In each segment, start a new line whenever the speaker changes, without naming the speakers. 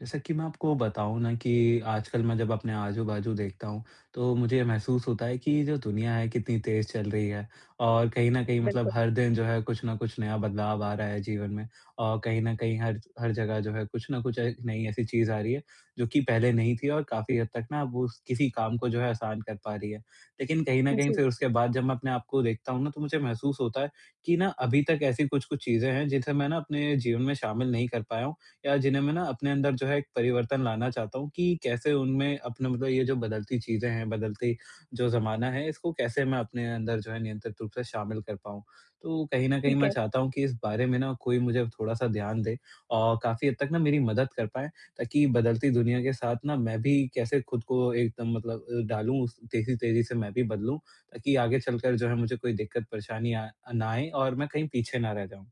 जैसा कि मैं आपको बताऊँ ना कि आजकल मैं जब अपने आजू-बाजू देखता हूँ, तो मुझे ये महसूस होता है कि जो दुनिया है कितनी तेज़ चल रही है। और कहीं न कहीं मतलब
बिल्कुल।
हर दिन जो है कुछ न कुछ नया बदलाव आ रहा है जीवन में। और कहीं न कहीं हर हर जगह जो है कुछ न कुछ एक नई ऐसी चीज़ आ रही है, जो कि पहले नहीं थी और काफ़ी हद तक ना वो उस किसी काम को जो है आसान कर पा रही है। लेकिन कहीं न कहीं
जी।
फिर उसके बाद जब मैं अपने आप को देखता हूँ ना, तो मुझे महसूस होता है कि ना अभी तक ऐसी कुछ-कुछ चीज़ें हैं जिसे मैं ना अपने जीवन में शामिल नहीं कर पाया हूँ। या जिन्हें मैं ना अपने अंदर जो है एक परिवर्तन लाना चाहता हूँ कि कैसे उनमें अपने मतलब ये जो बदलती चीज़ें हैं, बदलती जो ज़माना है, इसको कैसे मैं अपने अंदर जो है नियंत्रित रूप से शामिल कर पाऊँ। तो कहीं न कहीं
ठीक
मैं
है।
चाहता हूँ कि इस बारे में ना कोई मुझे थोड़ा-सा ध्यान दे और काफ़ी हद तक ना मेरी मदद कर पाए, ताकि बदलती दुनिया के साथ ना मैं भी कैसे खुद को एकदम मतलब डालूँ उस तेज़ी-तेज़ी से मैं भी बदलूँ, ताकि आगे चलकर जो है मुझे कोई दिक्कत परेशानी आ ना आए और मैं कहीं पीछे ना रह जाऊँ।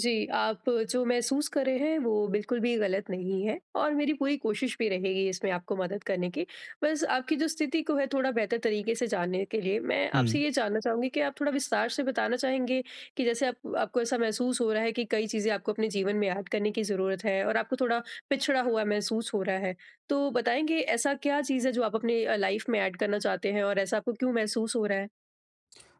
जी, आप जो महसूस कर रहे हैं, वो बिल्कुल भी गलत नहीं है और मेरी पूरी कोशिश भी रहेगी इसमें आपको मदद करने की। बस आपकी जो स्थिति को है, थोड़ा बेहतर तरीके से जानने के लिए, मैं आपसे
हुँ।
ये जानना चाहूँगी कि आप थोड़ा विस्तार से बताना चाहेंगे कि जैसे आप आपको ऐसा महसूस हो रहा है कि कई चीज़ें आपको अपने जीवन में ऐड करने की ज़रूरत है और आपको थोड़ा पिछड़ा हुआ महसूस हो रहा है। तो बताएँगे, ऐसा क्या चीज़ है जो आप अपने लाइफ़ में ऐड करना चाहते हैं और ऐसा आपको क्यों महसूस हो रहा है?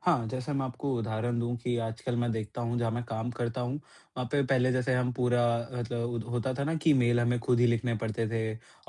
हाँ, जैसे मैं आपको उदाहरण दूँ कि आजकल मैं देखता हूँ जहाँ मैं काम करता हूँ, वहाँ पे पहले जैसे हम पूरा मतलब उद होता था ना कि मेल हमें खुद ही लिखने पड़ते थे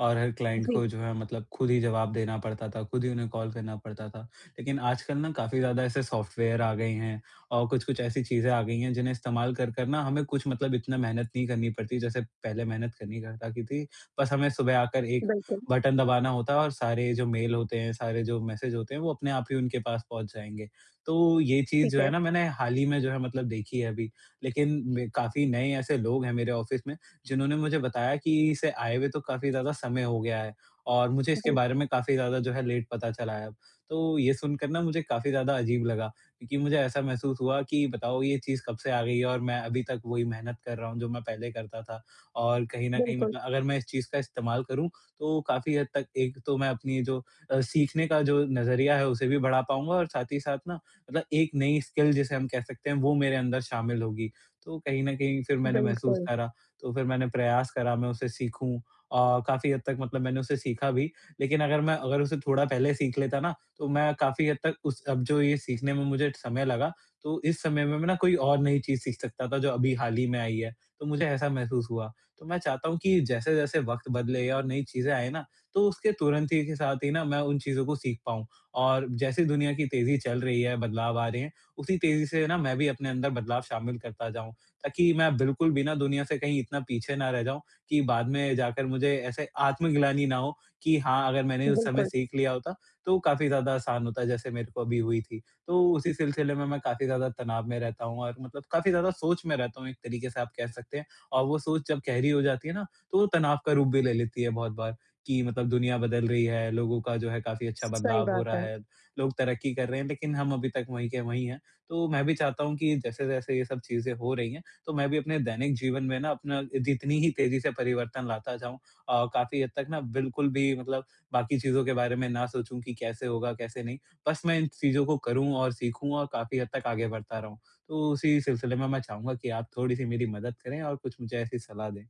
और हर क्लाइंट
जी।
को जो है मतलब खुद ही जवाब देना पड़ता था, खुद ही उन्हें कॉल करना पड़ता था। लेकिन आजकल ना काफ़ी ज़्यादा ऐसे सॉफ्टवेयर आ गए हैं और कुछ-कुछ ऐसी चीज़ें आ गई हैं जिन्हें इस्तेमाल कर ना हमें कुछ मतलब इतना मेहनत नहीं करनी पड़ती जैसे पहले मेहनत करनी कर करती थी। बस हमें सुबह आकर एक
बिल्कुल।
बटन दबाना होता है और सारे जो मेल होते हैं, सारे जो मैसेज होते हैं वो अपने आप ही उनके पास पहुँच जाएँगे। तो ये चीज़
ठीक
जो है
है।
ना मैंने हाल ही में जो है मतलब देखी है अभी। लेकिन मे काफ़ी नए ऐसे लोग हैं मेरे ऑफ़िस में जिन्होंने मुझे बताया कि इसे आए हुए तो काफ़ी ज़्यादा समय हो गया है और मुझे इसके
जी।
बारे में काफ़ी ज़्यादा जो है लेट पता चला है अब। तो ये सुनकर ना मुझे काफ़ी ज़्यादा अजीब लगा, क्योंकि मुझे ऐसा महसूस हुआ कि बताओ ये चीज़ कब से आ गई है और मैं अभी तक वही मेहनत कर रहा हूँ जो मैं पहले करता था। और कहीं न कहीं
बिल्कुल।
मतलब अगर मैं इस चीज़ का इस्तेमाल करूँ, तो काफ़ी हद तक एक तो मैं अपनी जो सीखने का जो नज़रिया है उसे भी बढ़ा पाऊँगा और साथ ही साथ ना मतलब एक नई स्किल जिसे हम कह सकते हैं वो मेरे अंदर शामिल होगी। तो कहीं न कहीं फिर मैंने महसूस
बिल्कुल,
करा, तो फिर मैंने प्रयास करा मैं उसे सीखूँ और काफ़ी हद तक मतलब मैंने उसे सीखा भी। लेकिन अगर मैं अगर उसे थोड़ा पहले सीख लेता ना, तो मैं काफ़ी हद तक उस अब जो ये सीखने में मुझे समय लगा, तो इस समय में मैं ना कोई और नई चीज़ सीख सकता था जो अभी हाल ही में आई है। तो मुझे ऐसा महसूस हुआ। तो मैं चाहता हूँ कि जैसे-जैसे वक़्त बदले और नई चीज़ें आएँ ना, तो उसके तुरंत ही के साथ ही ना मैं उन चीज़ों को सीख पाऊँ। और जैसे दुनिया की तेज़ी चल रही है, बदलाव आ रहे हैं, उसी तेज़ी से ना मैं भी अपने अंदर बदलाव शामिल करता जाऊँ, ताकि मैं बिल्कुल भी ना दुनिया से कहीं इतना पीछे ना रह जाऊँ कि बाद में जाकर मुझे ऐसे आत्मग्लानि ना हो कि हाँ, अगर मैंने उस समय
बिल्कुल,
सीख लिया होता, तो काफ़ी ज़्यादा आसान होता, जैसे मेरे को अभी हुई थी। तो उसी सिलसिले में मैं काफ़ी ज़्यादा तनाव में रहता हूँ और मतलब काफ़ी ज़्यादा सोच में रहता हूँ, एक तरीके से आप कह सकते हैं। और वो सोच जब गहरी हो जाती है ना, तो वो तनाव का रूप भी ले लेती है बहुत बार। कि मतलब दुनिया बदल रही है, लोगों का जो है काफ़ी अच्छा
सही
बदलाव हो
बात
रहा
है।
है, लोग तरक्की कर रहे हैं, लेकिन हम अभी तक वहीं के वहीं हैं। तो मैं भी चाहता हूँ कि जैसे-जैसे ये सब चीज़ें हो रही हैं, तो मैं भी अपने दैनिक जीवन में ना अपना जितनी ही तेज़ी से परिवर्तन लाता जाऊँ और काफ़ी हद तक ना बिल्कुल भी मतलब बाकी चीज़ों के बारे में ना सोचूँ कि कैसे होगा, कैसे नहीं। बस मैं इन चीज़ों को करूँ और सीखूँ और काफ़ी हद तक आगे बढ़ता रहूँ। तो उसी सिलसिले में मैं चाहूँगा कि आप थोड़ी-सी मेरी मदद करें और कुछ मुझे ऐसी सलाह दें।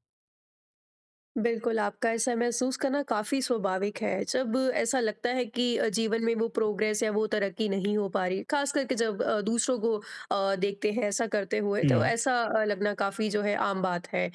बिल्कुल, आपका ऐसा महसूस करना काफ़ी स्वाभाविक है। जब ऐसा लगता है कि जीवन में वो प्रोग्रेस या वो तरक्की नहीं हो पा रही, ख़ास करके जब दूसरों को देखते हैं ऐसा करते हुए, तो
हुँ।
ऐसा लगना काफ़ी जो है आम बात है। अ,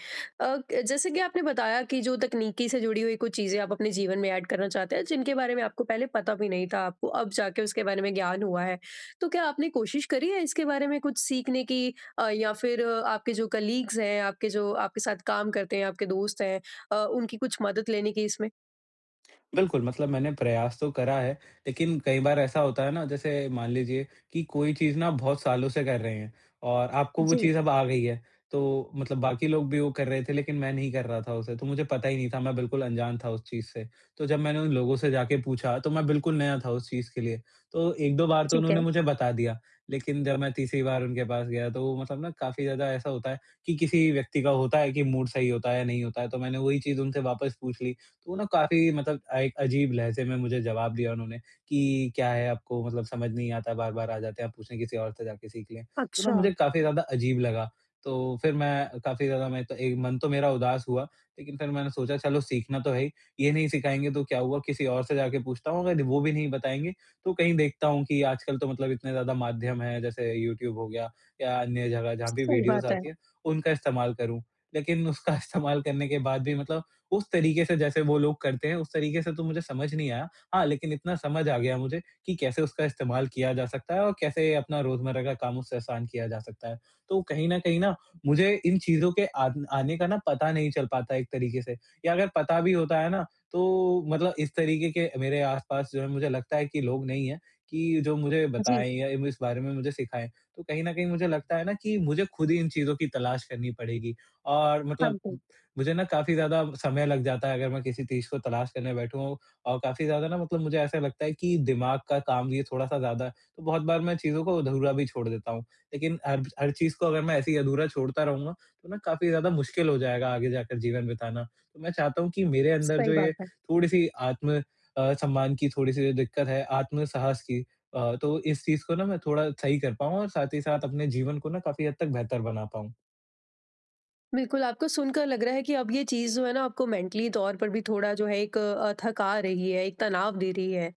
क जैसे कि आपने बताया कि जो तकनीकी से जुड़ी हुई कुछ चीज़ें आप अपने जीवन में ऐड करना चाहते हैं, जिनके बारे में आपको पहले पता भी नहीं था, आपको अब जाके उसके बारे में ज्ञान हुआ है। तो क्या आपने कोशिश करी है इसके बारे में कुछ सीखने की या फिर आपके जो कलीग्स हैं, आपके जो आपके साथ काम करते हैं, आपके दोस्त हैं, उनकी कुछ मदद लेने की इसमें?
बिल्कुल, मतलब मैंने प्रयास तो करा है, लेकिन कई बार ऐसा होता है ना, जैसे मान लीजिए कि कोई चीज़ ना आप बहुत सालों से कर रहे हैं और आपको वो
जी।
चीज़ अब आ गई है, तो मतलब बाकी लोग भी वो कर रहे थे, लेकिन मैं नहीं कर रहा था उसे, तो मुझे पता ही नहीं था, मैं बिल्कुल अनजान था उस चीज़ से। तो जब मैंने उन लोगों से जाके पूछा, तो मैं बिल्कुल नया था उस चीज़ के लिए, तो 1-2 बार तो
ठीक है।
उन्होंने मुझे बता दिया, लेकिन जब मैं तीसरी बार उनके पास गया, तो वो मतलब ना काफ़ी ज़्यादा ऐसा होता है कि किसी व्यक्ति का होता है कि मूड सही होता है या नहीं होता है, तो मैंने वही चीज़ उनसे वापस पूछ ली। तो ना काफ़ी मतलब एक अजीब लहज़े में मुझे जवाब दिया उन्होंने कि क्या है आपको मतलब समझ नहीं आता, बार-बार आ जाते हैं, आप पूछें किसी और से जाके सीख लें। तो ना
अच्छा।
मुझे काफ़ी ज़्यादा अजीब लगा, तो फिर मैं काफ़ी ज़्यादा मैं तो एक मन तो मेरा उदास हुआ, लेकिन फिर मैंने सोचा चलो सीखना तो है ही, ये नहीं सिखाएँगे तो क्या हुआ, किसी और से जाके पूछता हूँ, अगर वो भी नहीं बताएँगे तो कहीं देखता हूँ कि आजकल तो मतलब इतने ज़्यादा माध्यम हैं, जैसे यूट्यूब हो गया या अन्य जगह जहाँ भी
सही
वीडियोज़
बात है।
आती हैं, उनका इस्तेमाल करूँ। लेकिन उसका इस्तेमाल करने के बाद भी मतलब उस तरीके से जैसे वो लोग करते हैं, उस तरीके से तो मुझे समझ नहीं आया। हाँ, लेकिन इतना समझ आ गया मुझे कि कैसे उसका इस्तेमाल किया जा सकता है और कैसे अपना रोज़मर्रा का काम उससे आसान किया जा सकता है। तो कहीं न कहीं ना मुझे इन चीज़ों के आन आने का ना पता नहीं चल पाता एक तरीके से, या अगर पता भी होता है ना, तो मतलब इस तरीके के मेरे आस-पास जो है मुझे लगता है कि लोग नहीं हैं कि जो मुझे
जी।
बताएँ या इस बारे में मुझे सिखाएँ। तो कहीं न कहीं मुझे लगता है ना कि मुझे खुद ही इन चीज़ों की तलाश करनी पड़ेगी और
हाँ
मतलब
जी।
मुझे ना काफ़ी ज़्यादा समय लग जाता है अगर मैं किसी चीज़ को तलाश करने बैठूँ और काफ़ी ज़्यादा ना मतलब मुझे ऐसा लगता है कि दिमाग का काम ये थोड़ा-सा ज़्यादा है, तो बहुत बार मैं चीज़ों को अधूरा भी छोड़ देता हूँ। लेकिन हर हर चीज़ को अगर मैं ऐसे ही अधूरा छोड़ता रहूँगा, तो ना काफ़ी ज़्यादा मुश्किल हो जाएगा आगे जाकर जीवन बिताना। तो मैं चाहता हूँ कि मेरे अंदर
सही
जो
बात
ये
है।
थोड़ी-सी आत्म सम्मान की थोड़ी-सी दिक्कत है, आत्म साहस की तो इस चीज़ को ना मैं थोड़ा सही कर पाऊँ और साथ ही साथ अपने जीवन को ना काफ़ी हद तक बेहतर बना पाऊँ।
बिल्कुल, आपको सुनकर लग रहा है कि अब ये चीज़ जो है ना आपको मेंटली तौर पर भी थोड़ा जो है एक थका रही है, एक तनाव दे रही है।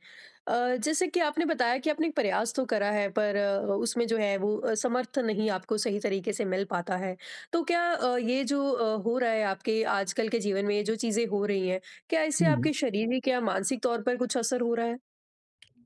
जैसे कि आपने बताया कि आपने एक प्रयास तो करा है, पर उसमें जो है वो समर्थन नहीं आपको सही तरीके से मिल पाता है। तो क्या ये जो हो रहा है आपके आजकल के जीवन में, ये जो चीज़ें हो रही हैं, क्या इससे आपके शारीरिक या मानसिक तौर पर कुछ असर हो रहा है?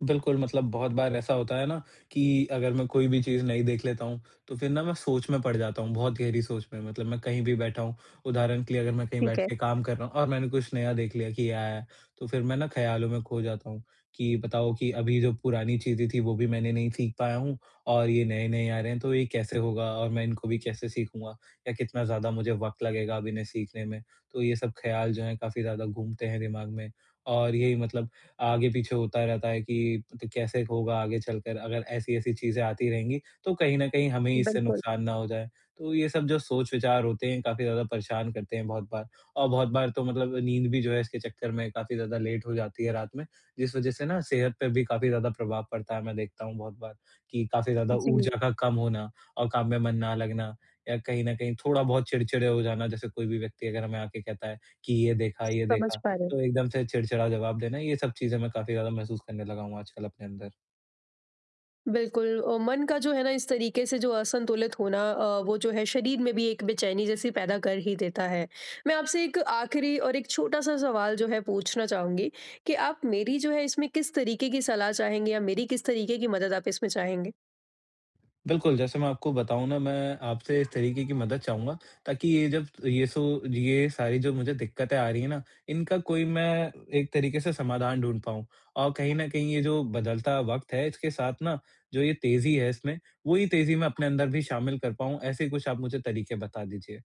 बिल्कुल, मतलब बहुत बार ऐसा होता है ना कि अगर मैं कोई भी चीज़ नहीं देख लेता हूँ, तो फिर ना मैं सोच में पड़ जाता हूँ, बहुत गहरी सोच में। मतलब मैं कहीं भी बैठा हूँ, उदाहरण के लिए अगर मैं कहीं
ठीक
बैठ
है।
के काम कर रहा हूँ और मैंने कुछ नया देख लिया कि ये आया है, तो फिर मैं ना ख़्यालों में खो जाता हूँ कि बताओ कि अभी जो पुरानी चीज़ें थी, वो भी मैंने नहीं सीख पाया हूँ और ये नए-नए आ रहे हैं, तो ये कैसे होगा और मैं इनको भी कैसे सीखूँगा या कितना ज़्यादा मुझे वक़्त लगेगा अब इन्हें सीखने में। तो ये सब ख़्याल जो हैं काफ़ी ज़्यादा घूमते हैं दिमाग में और यही मतलब आगे पीछे होता रहता है कि तो कैसे होगा आगे चलकर अगर ऐसी-ऐसी चीज़ें आती रहेंगी, तो कहीं न कहीं हमें इससे
बिल्कुल।
नुकसान ना हो जाए। तो ये सब जो सोच-विचार होते हैं काफ़ी ज़्यादा परेशान करते हैं बहुत बार और बहुत बार तो मतलब नींद भी जो है इसके चक्कर में काफ़ी ज़्यादा लेट हो जाती है रात में, जिस वज़ह से ना सेहत पे भी काफ़ी ज़्यादा प्रभाव पड़ता है मैं देखता हूँ बहुत बार कि काफ़ी ज़्यादा
जी।
ऊर्जा का कम होना और काम में मन ना लगना या कहीं न कहीं थोड़ा-बहुत चिड़चिड़े हो जाना, जैसे कोई भी व्यक्ति अगर हमें आके कहता है कि ये देखा, ये
समझ
देखा।
पा रहे हैं।
तो एकदम से चिड़चिड़ा जवाब देना, ये सब चीज़ें मैं काफ़ी ज़्यादा महसूस करने लगा हूँ आजकल अपने अंदर।
बिल्कुल मन का जो है ना इस तरीके से जो असंतुलित होना, वो जो है शरीर में भी एक बेचैनी जैसी पैदा कर ही देता है। मैं आपसे एक आखिरी और एक छोटा-सा सवाल जो है पूछना चाहूँगी कि आप मेरी जो है इसमें किस तरीके की सलाह चाहेंगे या मेरी किस तरीके की मदद आप इसमें चाहेंगे?
बिल्कुल, जैसे मैं आपको बताऊँ ना, मैं आपसे इस तरीके की मदद चाहूँगा ताकि ये जब ये ये सारी जो मुझे दिक्कतें आ रही हैं ना, इनका कोई मैं एक तरीके से समाधान ढूँढ पाऊँ। और कहीं न कहीं ये जो बदलता वक़्त है, इसके साथ ना जो ये तेज़ी है इसमें, वही तेज़ी मैं अपने अंदर भी शामिल कर पाऊँ, ऐसे कुछ आप मुझे तरीके बता दीजिए।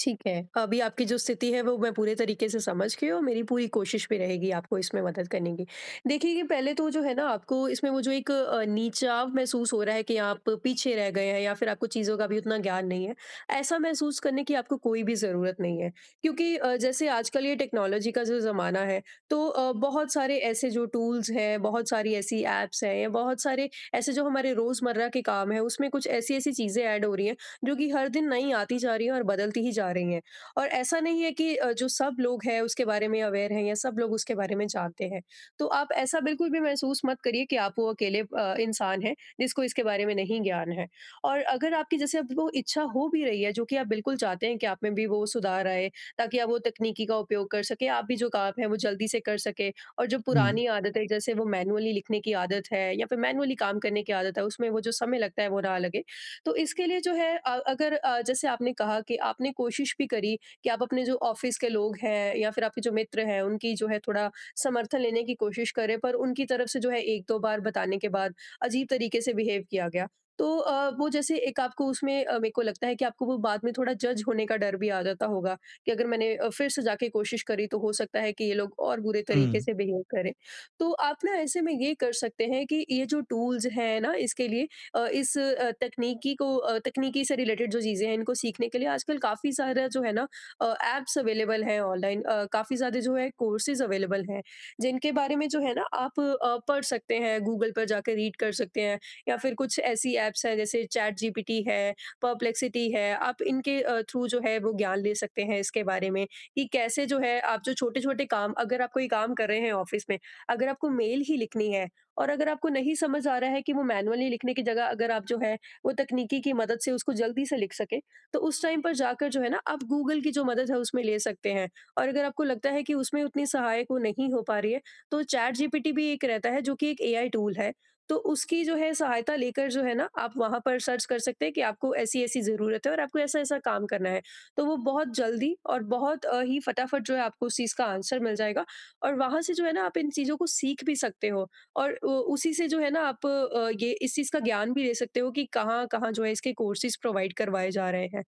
ठीक है। अभी आपकी जो स्थिति है वो मैं पूरे तरीके से समझ गई, और मेरी पूरी कोशिश भी रहेगी आपको इसमें मदद करने की। देखिए, कि पहले तो जो है ना आपको इसमें वो जो एक नीचाव महसूस हो रहा है कि आप पीछे रह गए हैं या फ़िर आपको चीज़ों का भी उतना ज्ञान नहीं है, ऐसा महसूस करने की आपको कोई भी ज़रूरत नहीं है। क्योंकि जैसे आजकल ये टेक्नोलॉजी का जो ज़माना है, तो बहुत सारे ऐसे जो टूल्स हैं, बहुत सारी ऐसी ऐप्स हैं या बहुत सारे ऐसे जो हमारे रोज़मर्रा के काम हैं उसमें कुछ ऐसी-ऐसी चीज़ें ऐड हो रही हैं, जो कि हर दिन नई आती जा रही है और बदलती ही जा रही हैं। और ऐसा नहीं है कि जो सब लोग हैं उसके बारे में अवेयर हैं या सब लोग उसके बारे में जानते हैं। तो आप ऐसा बिल्कुल भी महसूस मत करिए कि आप वो अकेले इंसान हैं जिसको इसके बारे में नहीं ज्ञान है। और अगर आपकी जैसे अब वो इच्छा हो भी रही है, जो कि आप बिल्कुल चाहते हैं कि आप में भी वो सुधार आए, ताकि आप वो तकनीकी का उपयोग कर सकें, आप भी जो काम है वो जल्दी से कर सकें, और जो
हुँ,
पुरानी आदत है जैसे वो मैनुअली लिखने की आदत है या फिर मैनुअली काम करने की आदत है उसमें वो जो समय लगता है वो ना लगे। तो इसके लिए जो है अगर जैसे आपने कहा कि आपने कोशिश भी करी कि आप अपने जो ऑफिस के लोग हैं या फिर आपके जो मित्र हैं उनकी जो है थोड़ा समर्थन लेने की कोशिश करें, पर उनकी तरफ से जो है एक दो बार बताने के बाद अजीब तरीके से बिहेव किया गया। तो वो जैसे एक आपको उसमें, मेरे को लगता है कि आपको वो बाद में थोड़ा जज होने का डर भी आ जाता होगा कि अगर मैंने फिर से जाके कोशिश करी तो हो सकता है कि ये लोग और बुरे तरीके
हुँ,
से बिहेव करें। तो आप ना ऐसे में ये कर सकते हैं कि ये जो टूल्स हैं ना, इसके लिए इस तकनीकी को, तकनीकी से रिलेटेड जो चीज़ें हैं इनको सीखने के लिए आजकल काफ़ी सारा जो है ना ऐप्स अवेलेबल हैं ऑनलाइन, काफ़ी सारे जो है कोर्सेज अवेलेबल हैं, जिनके बारे में जो है ना आप पढ़ सकते हैं, गूगल पर जाकर रीड कर सकते हैं, या फिर कुछ ऐसी ऐप्स हैं जैसे चैट जीपीटी है, परप्लेक्सिटी है। आप इनके थ्रू जो है वो ज्ञान ले सकते हैं इसके बारे में, कि कैसे जो है आप जो छोटे छोटे काम, अगर आप कोई काम कर रहे हैं ऑफिस में, अगर आपको मेल ही लिखनी है और अगर आपको नहीं समझ आ रहा है कि वो मैनुअली लिखने की जगह अगर आप जो है वो तकनीकी की मदद से उसको जल्दी से लिख सके, तो उस टाइम पर जाकर जो है ना आप गूगल की जो मदद है उसमें ले सकते हैं। और अगर आपको लगता है कि उसमें उतनी सहायक वो नहीं हो पा रही है, तो चैट जीपीटी भी एक रहता है जो कि एक एआई टूल है। तो उसकी जो है सहायता लेकर जो है ना आप वहां पर सर्च कर सकते हैं कि आपको ऐसी ऐसी जरूरत है और आपको ऐसा ऐसा काम करना है, तो वो बहुत जल्दी और बहुत ही फटाफट जो है आपको उस चीज का आंसर मिल जाएगा, और वहां से जो है ना आप इन चीजों को सीख भी सकते हो, और उ उसी से जो है ना आप ये इस चीज़ का ज्ञान भी ले सकते हो कि कहाँ-कहाँ जो है इसके कोर्सेज़ प्रोवाइड करवाए जा रहे हैं।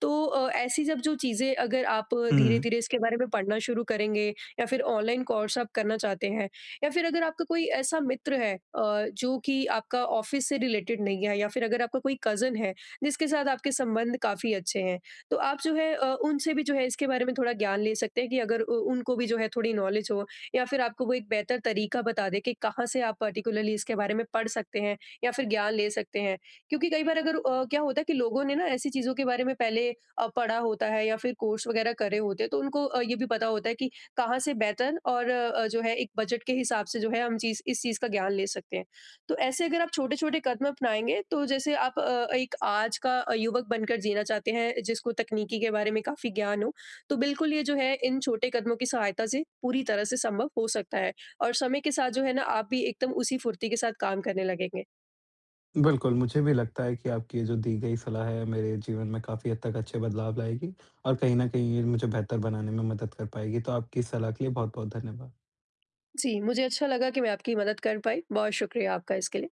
तो ऐसी जब जो चीज़ें, अगर आप
हुँ।
धीरे-धीरे इसके बारे में पढ़ना शुरू करेंगे, या फिर ऑनलाइन कोर्स आप करना चाहते हैं, या फिर अगर आपका कोई ऐसा मित्र है जो कि आपका ऑफ़िस से रिलेटेड नहीं है, या फिर अगर आपका कोई कज़न है जिसके साथ आपके संबंध काफ़ी अच्छे हैं, तो आप जो है उनसे भी जो है इसके बारे में थोड़ा ज्ञान ले सकते हैं, कि अगर उ उनको भी जो है थोड़ी नॉलेज हो, या फिर आपको वो एक बेहतर तरीका बता दे कि कहाँ से आप पर्टिकुलरली इसके बारे में पढ़ सकते हैं या फिर ज्ञान ले सकते हैं। क्योंकि कई बार अगर क्या होता है कि लोगों ने ना ऐसी चीज़ों के बारे में पहले पढ़ा होता है या फिर कोर्स वगैरह करे होते हैं, तो उनको ये भी पता होता है कि कहाँ से बेहतर और जो है एक बजट के हिसाब से जो है हम चीज़ इस चीज़ का ज्ञान ले सकते हैं। तो ऐसे अगर आप छोटे-छोटे कदम अपनाएँगे, तो जैसे आप एक आज का युवक बनकर जीना चाहते हैं जिसको तकनीकी के बारे में काफ़ी ज्ञान हो, तो बिल्कुल ये जो है इन छोटे कदमों की सहायता से पूरी तरह से संभव हो सकता है, और समय के साथ जो है ना आप भी एकदम उसी फुर्ती के साथ काम करने लगेंगे।
बिल्कुल, मुझे भी लगता है कि आपकी ये जो दी गई सलाह है मेरे जीवन में काफ़ी हद तक अच्छे बदलाव लाएगी और कहीं न कहीं ये मुझे बेहतर बनाने में मदद कर पाएगी। तो आपकी इस सलाह के लिए बहुत-बहुत धन्यवाद।
जी, मुझे अच्छा लगा कि मैं आपकी मदद कर पाई। बहुत शुक्रिया आपका इसके लिए।